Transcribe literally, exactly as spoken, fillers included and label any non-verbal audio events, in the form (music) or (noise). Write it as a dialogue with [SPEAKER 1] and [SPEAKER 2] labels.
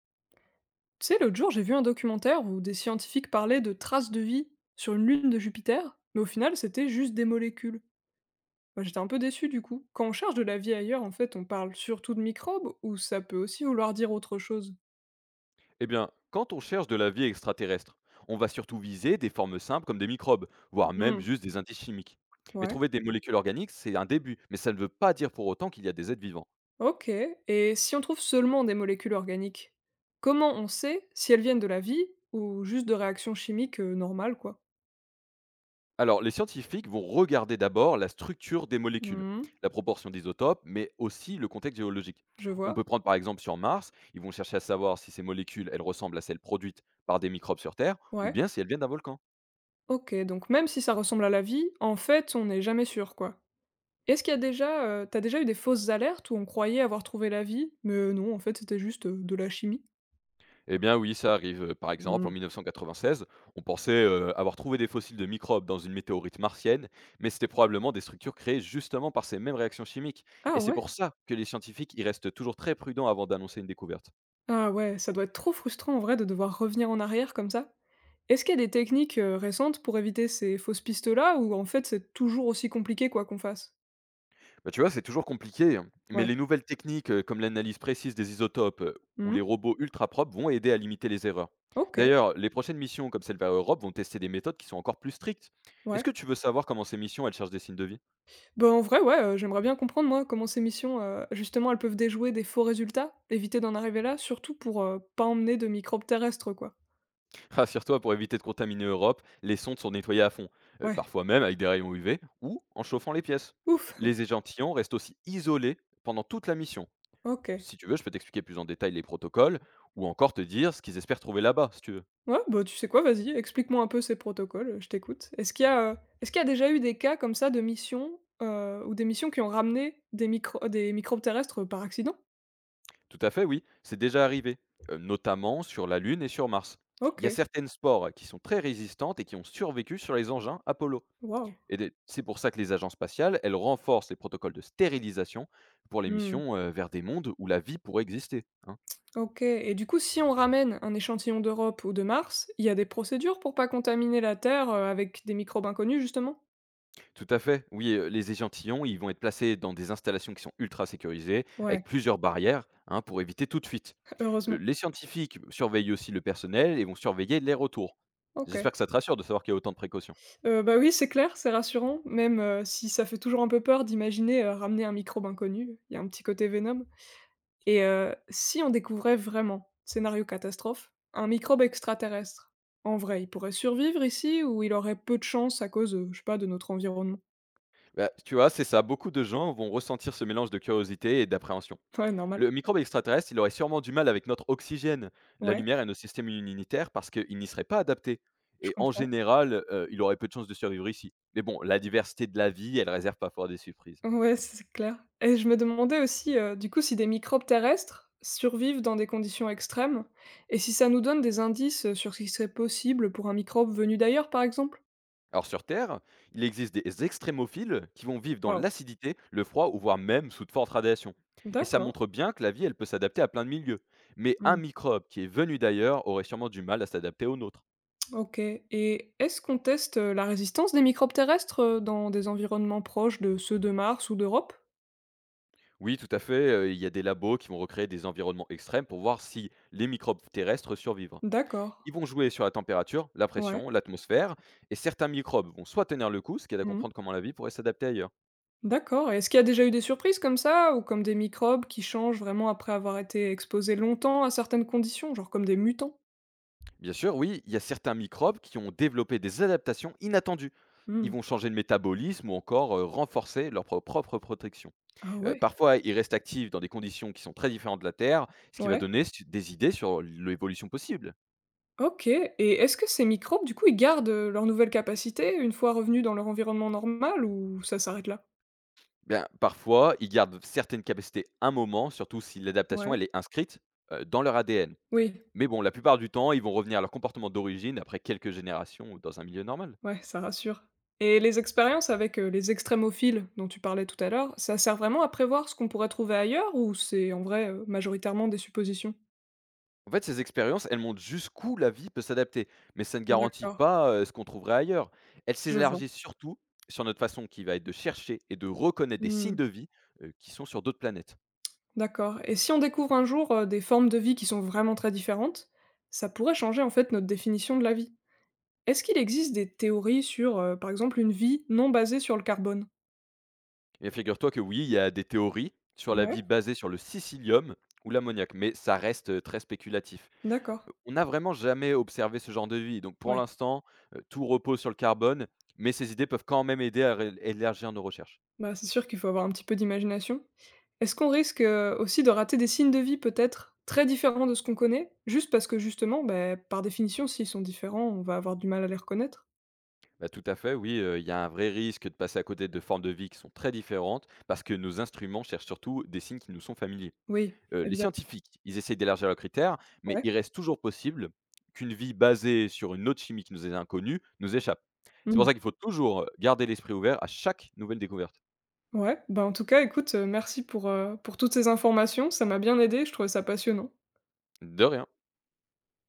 [SPEAKER 1] Tu sais, l'autre jour, j'ai vu un documentaire où des scientifiques parlaient de traces de vie sur une lune de Jupiter, mais au final, c'était juste des molécules. Bah, j'étais un peu déçu du coup. Quand on cherche de la vie ailleurs, en fait, on parle surtout de microbes ou ça peut aussi vouloir dire autre chose.
[SPEAKER 2] Eh bien, quand on cherche de la vie extraterrestre, on va surtout viser des formes simples comme des microbes, voire même
[SPEAKER 1] Hmm,
[SPEAKER 2] juste des indices chimiques. Mais
[SPEAKER 1] ouais.
[SPEAKER 2] trouver des molécules organiques, c'est un début, mais ça ne veut pas dire pour autant qu'il y a des êtres vivants.
[SPEAKER 1] Ok. Et si on trouve seulement des molécules organiques, comment on sait si elles viennent de la vie ou juste de réactions chimiques euh, normales, quoi?
[SPEAKER 2] Alors, les scientifiques vont regarder d'abord la structure des molécules,
[SPEAKER 1] Hmm,
[SPEAKER 2] la proportion d'isotopes, mais aussi le contexte géologique.
[SPEAKER 1] je
[SPEAKER 2] On
[SPEAKER 1] vois.
[SPEAKER 2] peut prendre par exemple sur Mars, ils vont chercher à savoir si ces molécules, elles ressemblent à celles produites par des microbes sur Terre, ou
[SPEAKER 1] Ouais.
[SPEAKER 2] bien si elles viennent d'un volcan.
[SPEAKER 1] Ok, donc même si ça ressemble à la vie, en fait, on n'est jamais sûr, quoi. Est-ce qu'il y a déjà, heu, tu déjà eu des fausses alertes où on croyait avoir trouvé la vie, mais non, en fait, c'était juste, heu, de la chimie?
[SPEAKER 2] Eh bien oui, ça arrive. Euh, Par exemple,
[SPEAKER 1] Mmh.
[SPEAKER 2] en mille neuf cent quatre-vingt-seize, on pensait euh, avoir trouvé des fossiles de microbes dans une météorite martienne, mais c'était probablement des structures créées justement par ces mêmes réactions chimiques.
[SPEAKER 1] Ah
[SPEAKER 2] Et c'est
[SPEAKER 1] ouais?
[SPEAKER 2] pour ça que les scientifiques y restent toujours très prudents avant d'annoncer une découverte.
[SPEAKER 1] Ah ouais, ça doit être trop frustrant en vrai de devoir revenir en arrière comme ça. Est-ce qu'il y a des techniques, heu, récentes pour éviter ces fausses pistes-là ou en fait, c'est toujours aussi compliqué quoi qu'on fasse?
[SPEAKER 2] Bah, tu vois, c'est toujours compliqué, hein, mais
[SPEAKER 1] Ouais.
[SPEAKER 2] les nouvelles techniques euh, comme l'analyse précise des isotopes euh, ou
[SPEAKER 1] Mmh.
[SPEAKER 2] les robots ultra propres vont aider à limiter les erreurs.
[SPEAKER 1] OK,
[SPEAKER 2] D'ailleurs, les prochaines missions comme celle vers Europe vont tester des méthodes qui sont encore plus strictes. Est-ce
[SPEAKER 1] ouais.
[SPEAKER 2] que tu veux savoir comment ces missions elles cherchent des signes de vie?
[SPEAKER 1] Ben en vrai, ouais, heu, j'aimerais bien comprendre moi comment ces missions, heu, justement, elles peuvent déjouer des faux résultats, éviter d'en arriver là, surtout pour, heu, pas emmener de microbes terrestres quoi.
[SPEAKER 2] Rassure-toi, pour éviter de contaminer Europe, les sondes sont nettoyées à fond, euh,
[SPEAKER 1] Ouais.
[SPEAKER 2] parfois même avec des rayons U V ou en chauffant les pièces.
[SPEAKER 1] Ouf!
[SPEAKER 2] Les
[SPEAKER 1] (laughs)
[SPEAKER 2] échantillons restent aussi isolés pendant toute la mission.
[SPEAKER 1] OK.
[SPEAKER 2] Si tu veux, je peux t'expliquer plus en détail les protocoles ou encore te dire ce qu'ils espèrent trouver là-bas, si tu veux.
[SPEAKER 1] Ouais, bah, tu sais quoi? Vas-y, explique-moi un peu ces protocoles, euh, je t'écoute. Est-ce qu'il y a, heu, est-ce qu'il y a déjà eu des cas comme ça de missions, heu, ou des missions qui ont ramené des micro des microbes terrestres, par accident?
[SPEAKER 2] Tout à fait, oui, c'est déjà arrivé, euh, notamment sur la Lune et sur Mars. Il y a
[SPEAKER 1] OK,
[SPEAKER 2] certaines spores qui sont très résistantes et qui ont survécu sur les engins Apollo.
[SPEAKER 1] waouh!
[SPEAKER 2] Et des- c'est pour ça que les agences spatiales, elles renforcent les protocoles de stérilisation pour les
[SPEAKER 1] Mmh,
[SPEAKER 2] missions euh, vers des mondes où la vie pourrait exister, hein.
[SPEAKER 1] OK et du coup, si on ramène un échantillon d'Europe ou de Mars, il y a des procédures pour pas contaminer la Terre, heu, avec des microbes inconnus, justement?
[SPEAKER 2] Tout à fait. Oui, heu, les échantillons, ils vont être placés dans des installations qui sont ultra sécurisées,
[SPEAKER 1] Ouais,
[SPEAKER 2] avec plusieurs barrières, hein, pour éviter toute fuite.
[SPEAKER 1] (laughs)
[SPEAKER 2] Heu,
[SPEAKER 1] heureusement.
[SPEAKER 2] les scientifiques surveillent aussi le personnel et vont surveiller les retours.
[SPEAKER 1] OK.
[SPEAKER 2] J'espère que ça te rassure de savoir qu'il y a autant de précautions.
[SPEAKER 1] Heu, bah, oui, c'est clair, c'est rassurant, même, heu, si ça fait toujours un peu peur d'imaginer, heu, ramener un microbe inconnu. Il y a un petit côté Venom. Et heu, si on découvrait vraiment, scénario catastrophe, un microbe extraterrestre, en vrai, il pourrait survivre ici ou il aurait peu de chance à cause, heu, je sais pas, de notre environnement?
[SPEAKER 2] Bah, tu vois, c'est ça, beaucoup de gens vont ressentir ce mélange de curiosité et d'appréhension.
[SPEAKER 1] Ouais, normal.
[SPEAKER 2] Le microbe extraterrestre, il aurait sûrement du mal avec notre oxygène, la
[SPEAKER 1] Ouais,
[SPEAKER 2] lumière et nos systèmes immunitaires parce qu'il n'y serait pas adapté,
[SPEAKER 1] je
[SPEAKER 2] et en
[SPEAKER 1] comprends.
[SPEAKER 2] général, heu, il aurait peu de chances de survivre ici. Mais bon, la diversité de la vie, elle réserve parfois des surprises.
[SPEAKER 1] Ouais, c'est clair. Et je me demandais aussi, heu, du coup, si des microbes terrestres survivent dans des conditions extrêmes et si ça nous donne des indices, heu, sur ce qui serait possible pour un microbe venu d'ailleurs, par exemple?
[SPEAKER 2] Alors sur Terre, il existe des extrémophiles qui vont vivre dans
[SPEAKER 1] Waouh,
[SPEAKER 2] l'acidité, le froid ou voire même sous de fortes radiations. Et ça
[SPEAKER 1] d'accord.
[SPEAKER 2] montre bien que la vie, elle peut s'adapter à plein de milieux. Mais un
[SPEAKER 1] Mmh.
[SPEAKER 2] microbe qui est venu d'ailleurs aurait sûrement du mal à s'adapter au nôtre.
[SPEAKER 1] OK et est-ce qu'on teste, heu, la résistance des microbes terrestres, heu, dans des environnements proches de ceux de Mars ou d'Europe?
[SPEAKER 2] Oui, tout à fait, euh, il y a des labos qui vont recréer des environnements extrêmes pour voir si les microbes terrestres survivent.
[SPEAKER 1] D'accord.
[SPEAKER 2] Ils vont jouer sur la température, la
[SPEAKER 1] Ouais.
[SPEAKER 2] pression, l'atmosphère, et certains microbes vont soit tenir le coup, ce qui aide à
[SPEAKER 1] Mmh.
[SPEAKER 2] comprendre comment la vie pourrait s'adapter ailleurs.
[SPEAKER 1] D'accord et est-ce qu'il y a déjà eu des surprises comme ça ou comme des microbes qui changent vraiment après avoir été exposés longtemps à certaines conditions, genre comme des mutants?
[SPEAKER 2] Bien sûr, oui, il y a certains microbes qui ont développé des adaptations inattendues. Ils
[SPEAKER 1] Mmh.
[SPEAKER 2] vont changer de métabolisme ou encore euh, renforcer leur pro- propre protection.
[SPEAKER 1] Ah
[SPEAKER 2] Euh,
[SPEAKER 1] ouais?
[SPEAKER 2] parfois, ils restent actifs dans des conditions qui sont très différentes de la Terre, ce qui va
[SPEAKER 1] Ouais.
[SPEAKER 2] donner su- des idées sur l'évolution possible.
[SPEAKER 1] OK et est-ce que ces microbes, du coup, ils gardent, heu, leurs nouvelles capacités une fois revenus dans leur environnement normal ou ça s'arrête là?
[SPEAKER 2] Bien, parfois, ils gardent certaines capacités un moment, surtout si l'adaptation
[SPEAKER 1] Ouais.
[SPEAKER 2] elle est inscrite euh, dans leur A D N.
[SPEAKER 1] Oui.
[SPEAKER 2] Mais bon, la plupart du temps, ils vont revenir à leur comportement d'origine après quelques générations ou dans un milieu normal.
[SPEAKER 1] Ouais, ça rassure. Et les expériences avec, heu, les extrémophiles dont tu parlais tout à l'heure, ça sert vraiment à prévoir ce qu'on pourrait trouver ailleurs ou c'est en vrai, heu, majoritairement des suppositions?
[SPEAKER 2] En fait, ces expériences, elles montrent jusqu'où la vie peut s'adapter, mais ça ne garantit
[SPEAKER 1] D'accord,
[SPEAKER 2] pas euh, ce qu'on trouverait ailleurs. Elles
[SPEAKER 1] je vois.
[SPEAKER 2] s'élargissent surtout sur notre façon qui va être de chercher et de reconnaître des signes
[SPEAKER 1] Mmh,
[SPEAKER 2] de vie euh, qui sont sur d'autres planètes.
[SPEAKER 1] d'accord et si on découvre un jour, heu, des formes de vie qui sont vraiment très différentes, ça pourrait changer en fait notre définition de la vie. Est-ce qu'il existe des théories sur, heu, par exemple une vie non basée sur le carbone?
[SPEAKER 2] Et bien, figure-toi que oui, il y a des théories sur la vie
[SPEAKER 1] Ouais,
[SPEAKER 2] basée sur le sicilium ou l'ammoniac, mais ça reste euh, très spéculatif.
[SPEAKER 1] d'accord.
[SPEAKER 2] Euh, On n'a vraiment jamais observé ce genre de vie, donc pour
[SPEAKER 1] Ouais.
[SPEAKER 2] l'instant, euh, tout repose sur le carbone, mais ces idées peuvent quand même aider à ré- élargir nos recherches.
[SPEAKER 1] Bah, c'est sûr qu'il faut avoir un petit peu d'imagination. Est-ce qu'on risque, heu, aussi de rater des signes de vie peut-être très différents de ce qu'on connaît? Juste parce que justement, beh, par définition, s'ils sont différents, on va avoir du mal à les reconnaître?
[SPEAKER 2] Bah, tout à fait, oui, heu, il y a un vrai risque de passer à côté de formes de vie qui sont très différentes, parce que nos instruments cherchent surtout des signes qui nous sont familiers.
[SPEAKER 1] Oui,
[SPEAKER 2] Heu, les
[SPEAKER 1] évidemment.
[SPEAKER 2] scientifiques, ils essayent d'élargir leurs critères, mais
[SPEAKER 1] Ouais.
[SPEAKER 2] il reste toujours possible qu'une vie basée sur une autre chimie qui nous est inconnue nous échappe. C'est pour
[SPEAKER 1] Mmh.
[SPEAKER 2] ça qu'il faut toujours garder l'esprit ouvert à chaque nouvelle découverte.
[SPEAKER 1] Ouais, bah, en tout cas, écoute, heu, merci pour, heu, pour toutes ces informations, ça m'a bien aidé. Je trouvais ça passionnant.
[SPEAKER 2] De rien.